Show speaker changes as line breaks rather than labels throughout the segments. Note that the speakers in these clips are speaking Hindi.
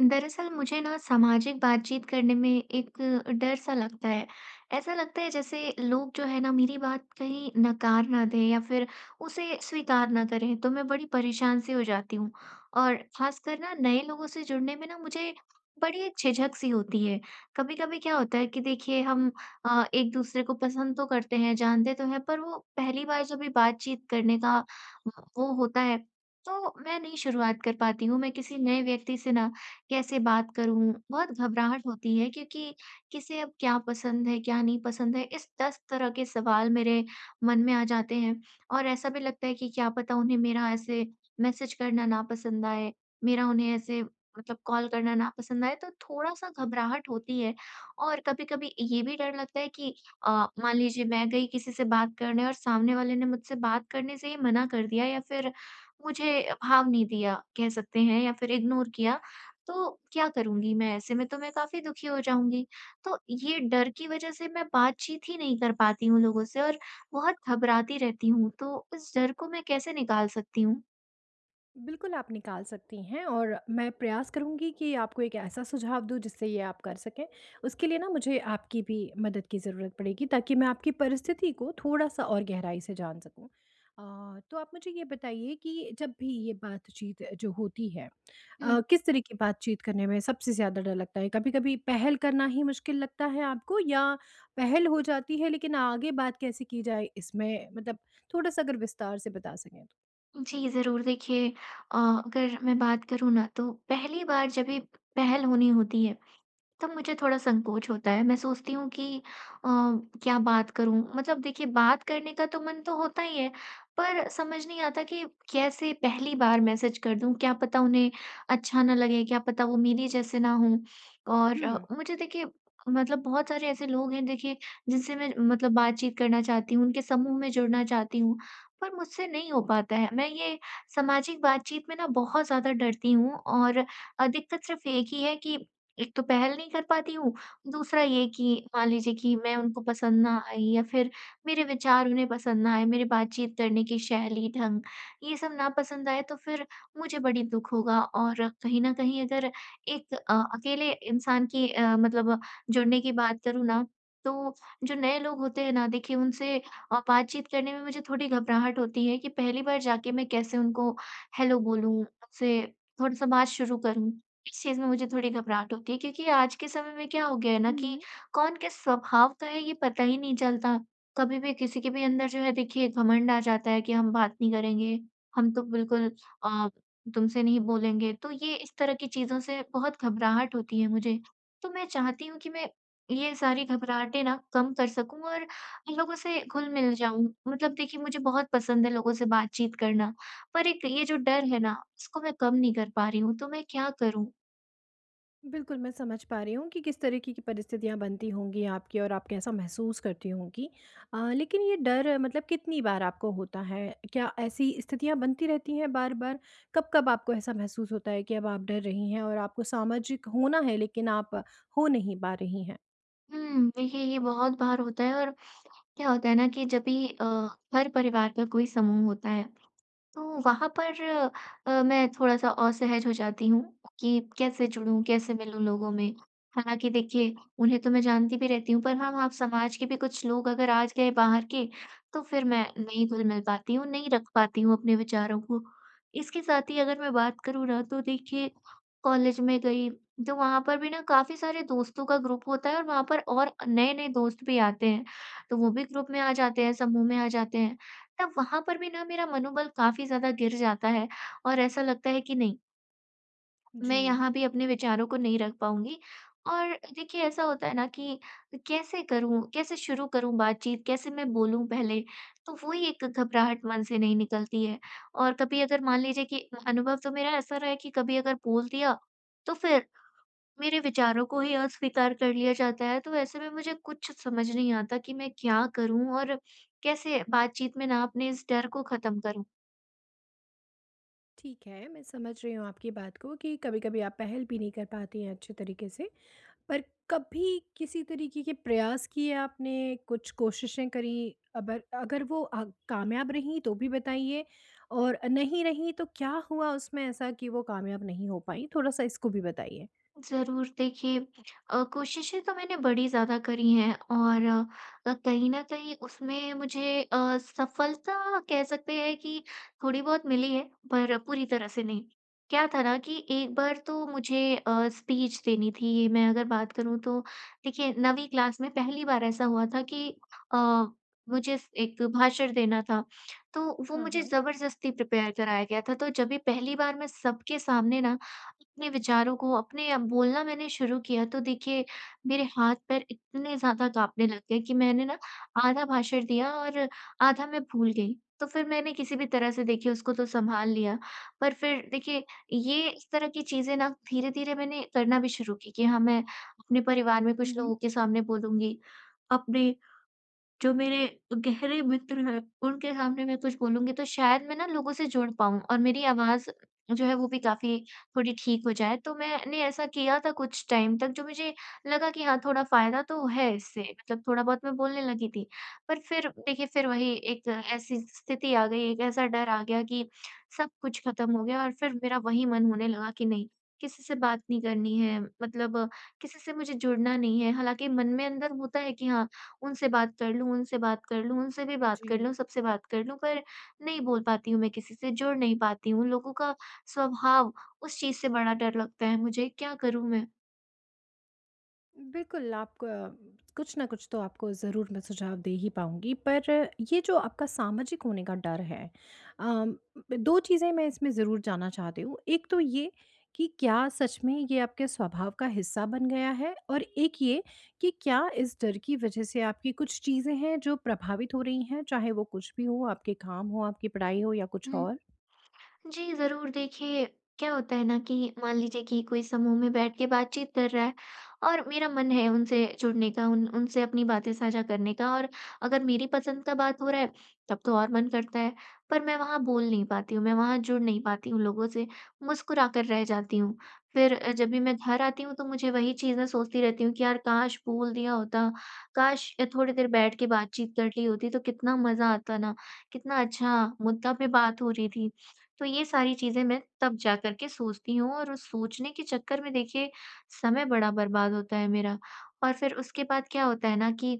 दरअसल मुझे ना सामाजिक बातचीत करने में एक डर सा लगता है। ऐसा लगता है जैसे लोग जो है ना मेरी बात कहीं नकार ना दें या फिर उसे स्वीकार ना करें तो मैं बड़ी परेशान सी हो जाती हूँ। और ख़ासकर ना नए लोगों से जुड़ने में ना मुझे बड़ी एक झिझक सी होती है। कभी-कभी क्या होता है कि देखिए हम एक-दूसरे को पसंद तो करते हैं, जानते तो हैं, पर वो पहली बार जब भी बातचीत करने का वो होता है तो मैं नहीं शुरुआत कर पाती हूँ। मैं किसी नए व्यक्ति से ना कैसे बात करूँ? बहुत घबराहट होती है, क्योंकि किसे अब क्या पसंद है, क्या नहीं पसंद है, इस 10 तरह के सवाल मेरे मन में आ जाते हैं। और ऐसा भी लगता है कि क्या पता उन्हें मेरा ऐसे मैसेज करना ना पसंद आए, मेरा उन्हें ऐसे मतलब कॉल करना ना पसंद आए, तो थोड़ा-सा घबराहट होती है। और कभी-कभी ये भी डर लगता है कि अ, मान लीजिए मैं गई किसी से बात करने और सामने वाले ने मुझसे बात करने से ही मना कर दिया या फिर मुझे भाव नहीं दिया, कह सकते हैं, या फिर इग्नोर किया, तो क्या करूँगी मैं ऐसे में, तो मैं काफ़ी दुखी हो जाऊँगी। तो ये डर की वज़ह से मैं बातचीत ही नहीं कर पाती हूँ लोगों से और बहुत घबराती रहती हूँ, तो इस डर को मैं कैसे निकाल सकती हूँ?
बिल्कुल आप निकाल सकती हैं और मैं प्रयास करूंगी कि आपको एक ऐसा सुझाव दूं जिससे ये आप कर सकें। उसके लिए ना मुझे आपकी भी मदद की ज़रूरत पड़ेगी, ताकि मैं आपकी परिस्थिति को थोड़ा सा और गहराई से जान सकूं। तो आप मुझे ये बताइए कि जब भी ये बातचीत जो होती है,
हुँ।
किस तरह की बातचीत करने में सबसे ज़्यादा डर लगता है? कभी कभी पहल करना ही मुश्किल लगता है आपको, या पहल हो जाती है लेकिन आगे बात कैसे की जाए इसमें मतलब थोड़ा सा अगर विस्तार से बता सकें तो।
जी, ज़रूर, देखिए, अगर मैं बात करूँ ना, तो पहली बार जब ये पहल होनी होती है, तब मुझे थोड़ा संकोच होता है। मैं सोचती हूँ कि अ, क्या बात करूँ? मतलब देखिए, बात करने का तो मन तो होता ही है, पर समझ नहीं आता कि कैसे पहली बार मैसेज कर दूँ? क्या पता उन्हें अच्छा ना लगे, क्या पता वो मेरी जैसे ना हों। और
हुँ।
मुझे देखिए, मतलब बहुत सारे ऐसे लोग हैं, देखिए, जिनसे मैं मतलब बातचीत करना चाहती हूँ, उनके समूह में जुड़ना चाहती हूँ, पर मुझसे नहीं हो पाता है। मैं ये सामाजिक बातचीत में ना बहुत ज़्यादा डरती हूँ और दिक्कत सिर्फ़ एक ही है कि एक तो पहल नहीं कर पाती हूँ, दूसरा ये कि मान लीजिए कि मैं उनको पसंद ना आई या फिर मेरे विचार उन्हें पसंद ना आए, मेरी बातचीत करने की शैली, ढंग, ये सब ना पसंद आए, तो फिर मुझे बड़ी दुःख होगा। और कहीं न कहीं अगर एक अकेले इंसान की मतलब जुड़ने की बात करूँ ना, तो जो नए लोग होते हैं ना, देखिए उनसे बातचीत करने में मुझे थोड़ी घबराहट होती है कि पहली बार जाके मैं कैसे उनको हेलो बोलूँ, उनसे थोड़ा-सा बात शुरू करूँ। इस चीज़ में मुझे थोड़ी घबराहट होती है, क्योंकि आज के समय में क्या हो गया है ना कि
हुँ,
कौन किस स्वभाव का है ये पता ही नहीं चलता। कभी भी किसी के भी अंदर जो है देखिए घमंड आ जाता है कि हम बात नहीं करेंगे, हम तो बिल्कुल अ, तुमसे नहीं बोलेंगे। तो ये इस तरह की चीज़ों से बहुत घबराहट होती है मुझे। तो मैं चाहती हूँ कि मैं ये सारी घबराहटें ना कम कर सकूँ और लोगों से घुल-मिल जाऊँ। मतलब देखिए, मुझे बहुत पसंद है लोगों से बातचीत करना, पर एक ये जो डर है ना, इसको मैं कम नहीं कर पा रही हूँ, तो मैं क्या करूँ?
बिल्कुल, मैं समझ पा रही हूँ कि किस तरीके की परिस्थितियाँ बनती होंगी आपकी और आप कैसा महसूस करती होंगी। लेकिन ये डर मतलब कितनी बार आपको होता है? क्या ऐसी स्थितियाँ बनती रहती हैं बार-बार? कब-कब आपको ऐसा महसूस होता है कि अब आप डर रही हैं और आपको सामाजिक होना है लेकिन आप हो नहीं पा रही हैं?
हुँ, देखिए ये बहुत बार होता है और क्या होता है ना कि जब भी हर परिवार का कोई समूह होता है, तो वहाँ पर मैं थोड़ा-सा असहज हो जाती हूँ कि कैसे जुड़ूँ, कैसे मिलूँ लोगों में। हालाँकि देखिए, उन्हें तो मैं जानती भी रहती हूँ, पर हाँ, वहाँ समाज के भी कुछ लोग अगर आ गए बाहर के, तो फिर मैं नहीं घुल-मिल पाती हूँ, नहीं रख पाती हूँ अपने विचारों को। इसके साथ ही अगर मैं बात करूँ ना, तो देखिए, कॉलेज में गई, तो वहाँ पर भी ना काफ़ी सारे दोस्तों का ग्रुप होता है और वहाँ पर और नए-नए दोस्त भी आते हैं। तो वो भी ग्रुप में आ जाते हैं, समूह में आ जाते हैं। तब वहाँ पर भी ना मेरा मनोबल काफ़ी ज़्यादा गिर जाता है और ऐसा लगता है कि नहीं,
जी,
मैं यहाँ भी अपने विचारों को नहीं रख पाऊँगी। और देखिए ऐसा होता है ना कि कैसे करूँ, कैसे शुरू करूँ बातचीत, कैसे मैं बोलूँ पहले? तो वो ही एक घबराहट मन से नहीं निकलती है। और कभी अगर मान लीजिए कि अनुभव तो मेरा ऐसा रहा है कि कभी अगर बोल दिया, तो फिर मेरे विचारों को ही अस्वीकार कर लिया जाता है। तो ऐसे में मुझे कुछ समझ नहीं आता कि मैं क्या करूँ और कैसे बातचीत में ना अपने इस डर को ख़त्म करूँ?
ठीक है, मैं समझ रही हूँ आपकी बात को कि कभी-कभी आप पहल भी नहीं कर पाती हैं अच्छे तरीके से। पर कभी किसी तरीके के प्रयास किए आपने? कुछ कोशिशें करीं? अबर अगर वो कामयाब रहीं तो भी बताइए, और नहीं रहीं तो क्या हुआ उसमें ऐसा कि वो कामयाब नहीं हो पाईं? थोड़ा-सा इसको भी बताइए।
ज़रूर, देखिए, कोशिशें तो मैंने बड़ी ज़्यादा करी हैं और कहीं न कहीं उसमें मुझे सफलता कह सकते हैं कि थोड़ी बहुत मिली है, पर पूरी तरह से नहीं। क्या था ना कि एक बार तो मुझे स्पीच
Mm.
देनी थी, मैं अगर बात करूँ, तो देखिए 9वीं क्लास में पहली बार ऐसा हुआ था कि अ, मुझे स एक भाषण देना था, तो वो
हाँ,
मुझे
हाँ।
ज़बरदस्ती प्रिपेयर कराया गया था। तो जब भी पहली बार मैं सबके सामने ना अपने विचारों को अपने बोलना मैंने शुरू किया, तो देखिए मेरे हाथ पैर इतने ज़्यादा काँपने लग गए कि मैंने ना आधा भाषण दिया और आधा मैं भूल गई। तो फिर मैंने किसी भी तरह से देखिए उसको तो सँभाल लिया। पर फिर देखिए ये इस तरह की चीज़ें ना धीरे-धीरे मैंने करना भी शुरू की कि हाँ, मैं अपने परिवार में
हुँ,
कुछ
हुँ।
लोगों के सामने बोलूँगी, अपने जो मेरे गहरे मित्र हैं, उनके सामने मैं कुछ बोलूँगी, तो शायद मैं ना लोगों से जुड़ पाऊँ और मेरी आवाज़ जो है वो भी काफ़ी थोड़ी ठीक हो जाए। तो मैंने ऐसा किया था कुछ टाइम तक, जो मुझे लगा कि हाँ, थोड़ा फ़ायदा तो है इससे, मतलब थोड़ा बहुत मैं बोलने लगी थी। पर फिर देखिए फिर वही एक ऐसी स्थिति आ गई, एक ऐसा डर आ गया कि सब कुछ ख़त्म हो गया और फिर मेरा वही मन होने लगा कि नहीं, किसी से बात नहीं करनी है, मतलब किसी से मुझे जुड़ना नहीं है। हालाँकि मन में अंदर होता है कि हाँ, उनसे बात कर लूँ, उनसे बात कर लूँ, उनसे भी बात
जी।
कर लूँ, सबसे बात कर लूँ, पर नहीं बोल पाती हूँ मैं किसी से, जुड़ नहीं पाती हूँ। लोगों का स्वभाव, उस चीज़ से बड़ा डर लगता है मुझे, क्या करूँ मैं?
बिल्कुल, आप, कुछ न कुछ तो आपको ज़रूर मैं सुझाव दे ही पाऊँगी, पर ये जो आपका सामाजिक होने का डर है, अम, 2 चीज़ें मैं इसमें ज़रूर जानना चाहती हूँ। एक तो ये कि क्या सच में ये आपके स्वभाव का हिस्सा बन गया है? और एक ये कि क्या इस डर की वजह से आपकी कुछ चीज़ें हैं जो प्रभावित हो रही हैं, चाहे वो कुछ भी हो, आपके काम हो, आपकी पढ़ाई हो या कुछ
हुँ।
और?
जी, ज़रूर। देखिए, क्या होता है ना कि मान लीजिए कि कोई समूह में बैठ के बातचीत कर रहा है और मेरा मन है उनसे जुड़ने का, उन उनसे अपनी बातें साझा करने का और अगर मेरी पसंद का बात हो रहा है, तब तो और मन करता है। पर मैं वहाँ बोल नहीं पाती हूँ, मैं वहाँ जुड़ नहीं पाती हूँ लोगों से, मुस्कुरा कर रह जाती हूँ। फिर जब भी मैं घर आती हूँ, तो मुझे वही चीज़ें सोचती रहती हूँ कि यार काश बोल दिया होता, काश थोड़ी देर बैठ के बातचीत कर ली होती, तो कितना मज़ा आता ना, कितना अच्छा मुद्दा पे बात हो रही थी। तो ये सारी चीज़ें मैं तब जा कर के सोचती हूँ और उस सोचने के चक्कर में देखिए समय बड़ा बर्बाद होता है मेरा। और फिर उसके बाद क्या होता है ना कि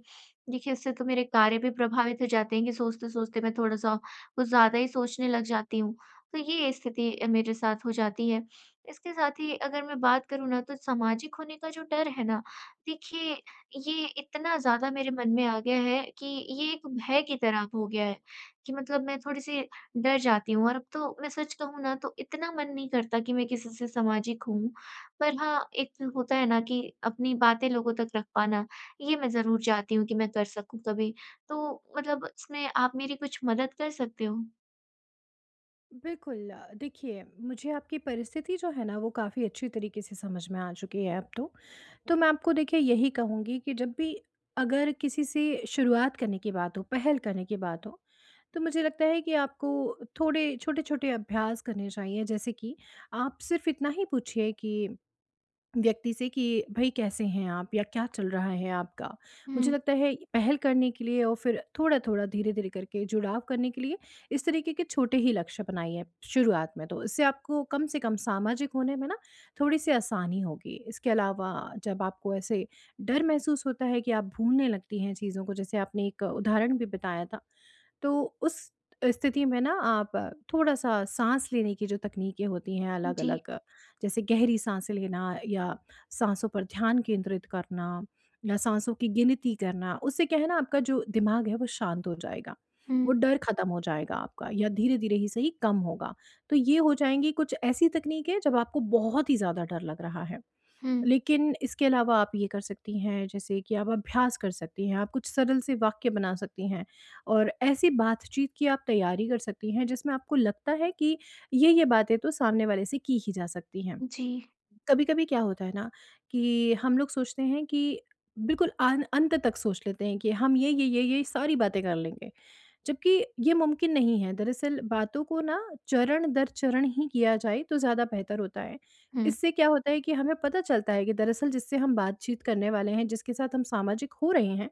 देखिए उससे तो मेरे कार्य भी प्रभावित हो जाते हैं कि सोचते-सोचते मैं थोड़ा-सा कुछ ज़्यादा ही सोचने लग जाती हूँ। तो ये स्थिति मेरे साथ हो जाती है। इसके साथ ही अगर मैं बात करूँ ना, तो सामाजिक होने का जो डर है ना, देखिए ये इतना ज़्यादा मेरे मन में आ गया है कि ये एक भय की तरह हो गया है कि मतलब मैं थोड़ी-सी डर जाती हूँ और अब तो मैं सच कहूँ ना, तो इतना मन नहीं करता कि मैं किसी से सामाजिक हूँ। पर हाँ, एक होता है ना कि अपनी बातें लोगों तक रख पाना, ये मैं ज़रूर चाहती हूँ कि मैं कर सकूँ कभी। तो मतलब इसमें आप मेरी कुछ मदद कर सकते हो?
बिल्कुल, देखिए, मुझे आपकी परिस्थिति जो है ना वो काफ़ी अच्छी तरीके से समझ में आ चुकी है अब तो। तो मैं आपको देखिए यही कहूँगी कि जब भी अगर किसी से शुरुआत करने की बात हो, पहल करने की बात हो, तो मुझे लगता है कि आपको थोड़े छोटे-छोटे अभ्यास करने चाहिए। जैसे कि आप सिर्फ़ इतना ही पूछिए कि व्यक्ति से कि भाई कैसे हैं आप, या क्या चल रहा है आपका। मुझे
हुँ,
लगता है पहल करने के लिए और फिर थोड़ा थोड़ा, धीरे धीरे करके जुड़ाव करने के लिए इस तरीके के छोटे ही लक्ष्य बनाइए शुरुआत में। तो इससे आपको कम से कम सामाजिक होने में ना थोड़ी सी आसानी होगी। इसके अलावा, जब आपको ऐसे डर महसूस होता है कि आप भूलने लगती हैं चीज़ों को, जैसे आपने एक उदाहरण भी बताया था, तो उस स्थिति में ना आप थोड़ा-सा साँस लेने की जो तकनीकें होती हैं
जी।
अलग-अलग, जैसे गहरी साँसें लेना, या साँसों पर ध्यान केंद्रित करना, या साँसों की गिनती करना, उससे क्या है ना आपका जो दिमाग है वो शांत हो जाएगा। वो
हुँ,
डर खत्म हो जाएगा आपका, या धीरे-धीरे ही सही कम होगा। तो ये हो जाएँगी कुछ ऐसी तकनीकें जब आपको बहुत ही ज़्यादा डर लग रहा है।
हुँ,
लेकिन इसके अलावा आप ये कर सकती हैं, जैसे कि आप अभ्यास कर सकती हैं, आप कुछ सरल से वाक्य बना सकती हैं और ऐसी बातचीत की आप तैयारी कर सकती हैं जिसमें आपको लगता है कि ये-ये बातें तो सामने वाले से की ही जा सकती हैं।
जी।
कभी-कभी क्या होता है ना कि हम लोग सोचते हैं कि बिल्कुल आन अंत तक सोच लेते हैं कि हम ये सारी बातें कर लेंगे। जबकि ये मुमकिन नहीं है। दरअसल बातों को ना चरण दर चरण ही किया जाए तो ज़्यादा बेहतर होता है।
हुँ,
इससे क्या होता है कि हमें पता चलता है कि दरअसल जिससे हम बातचीत करने वाले हैं, जिसके साथ हम सामाजिक हो रहे हैं,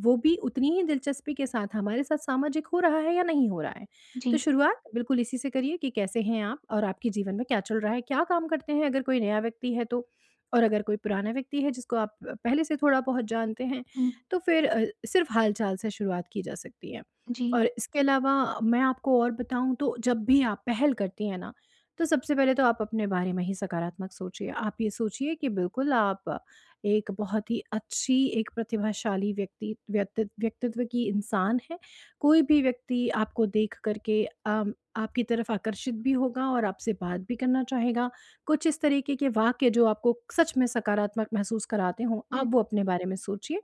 वो भी उतनी ही दिलचस्पी के साथ हमारे साथ सामाजिक हो रहा है या नहीं हो रहा है। तो
जी।
शुरुआत बिल्कुल इसी से करिए कि कैसे हैं आप और आपके जीवन में क्या चल रहा है? क्या काम करते हैं, अगर कोई नया व्यक्ति है तो? और अगर कोई पुराना व्यक्ति है जिसको आप पहले से थोड़ा बहुत जानते हैं,
हुँ,
तो फिर सिर्फ़ हाल-चाल से शुरुआत की जा सकती है।
जी।
और इसके अलावा मैं आपको और बताऊँ तो जब भी आप पहल करती हैं ना, तो सबसे पहले तो आप अपने बारे में ही सकारात्मक सोचिए। आप ये सोचिए कि बिल्कुल आप एक बहुत ही अच्छी, एक प्रतिभाशाली व्यक्ति व्यक्ति व्यक्तित्व की इंसान हैं। कोई भी व्यक्ति आपको देख कर के, आपकी तरफ आकर्षित भी होगा और आपसे बात भी करना चाहेगा। कुछ इस तरीके के वाक्य जो आपको सच में सकारात्मक महसूस कराते हों, आप
हुँ,
वो अपने बारे में सोचिए।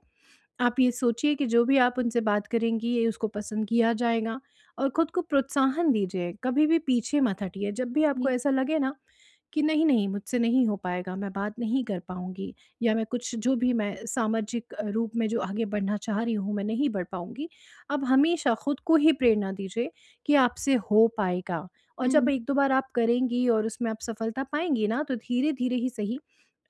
आप ये सोचिए कि जो भी आप उनसे बात करेंगी ये उसको पसंद किया जाएगा, और खुद को प्रोत्साहन दीजिए। कभी भी पीछे मत हटिए, जब भी आपको
जी।
ऐसा लगे ना कि नहीं, नहीं मुझसे नहीं हो पाएगा, मैं बात नहीं कर पाऊँगी, या मैं कुछ जो भी मैं सामाजिक रूप में जो आगे बढ़ना चाह रही हूँ, मैं नहीं बढ़ पाऊँगी। आप हमेशा खुद को ही प्रेरणा दीजिए कि आपसे हो पाएगा। और जब
हुँ,
1-2 बार आप करेंगी और उसमें आप सफलता पाएँगी ना, तो धीरे-धीरे ही सही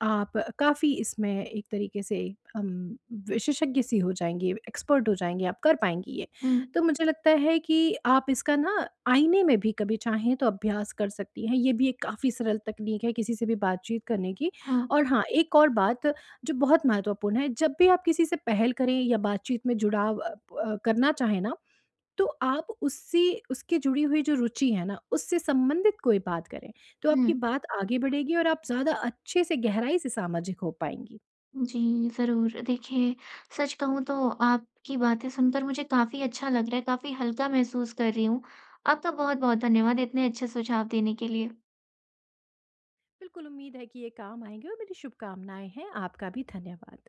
आप काफ़ी इसमें एक तरीके से, अम, विशेषज्ञ सी हो जाएँगी, एक्सपर्ट हो जाएँगी, आप कर पाएँगी ये।
हुँ,
तो मुझे लगता है कि आप इसका ना आईने में भी कभी चाहें तो अभ्यास कर सकती हैं। ये भी एक काफ़ी सरल तकनीक है किसी से भी बातचीत करने की।
हाँ।
और हाँ, एक और बात जो बहुत महत्वपूर्ण है, जब भी आप किसी से पहल करें या बातचीत में जुड़ाव अ, प करना चाहें ना, तो आप उससे उसकी जुड़ी हुई जो रुचि है ना, उससे संबंधित कोई बात करें। तो आपकी
हुँ।
बात आगे बढ़ेगी और आप ज़्यादा अच्छे से गहराई से सामाजिक हो पाएँगी।
जी, ज़रूर। देखिए, सच कहूँ तो आपकी बातें सुनकर मुझे काफ़ी अच्छा लग रहा है, काफ़ी हल्का महसूस कर रही हूँ। आपका बहुत-बहुत धन्यवाद इतने अच्छे सुझाव देने के लिए।
बिल्कुल, उम्मीद है कि ये काम आएँगे और मेरी शुभकामनाएँ हैं। आपका भी धन्यवाद।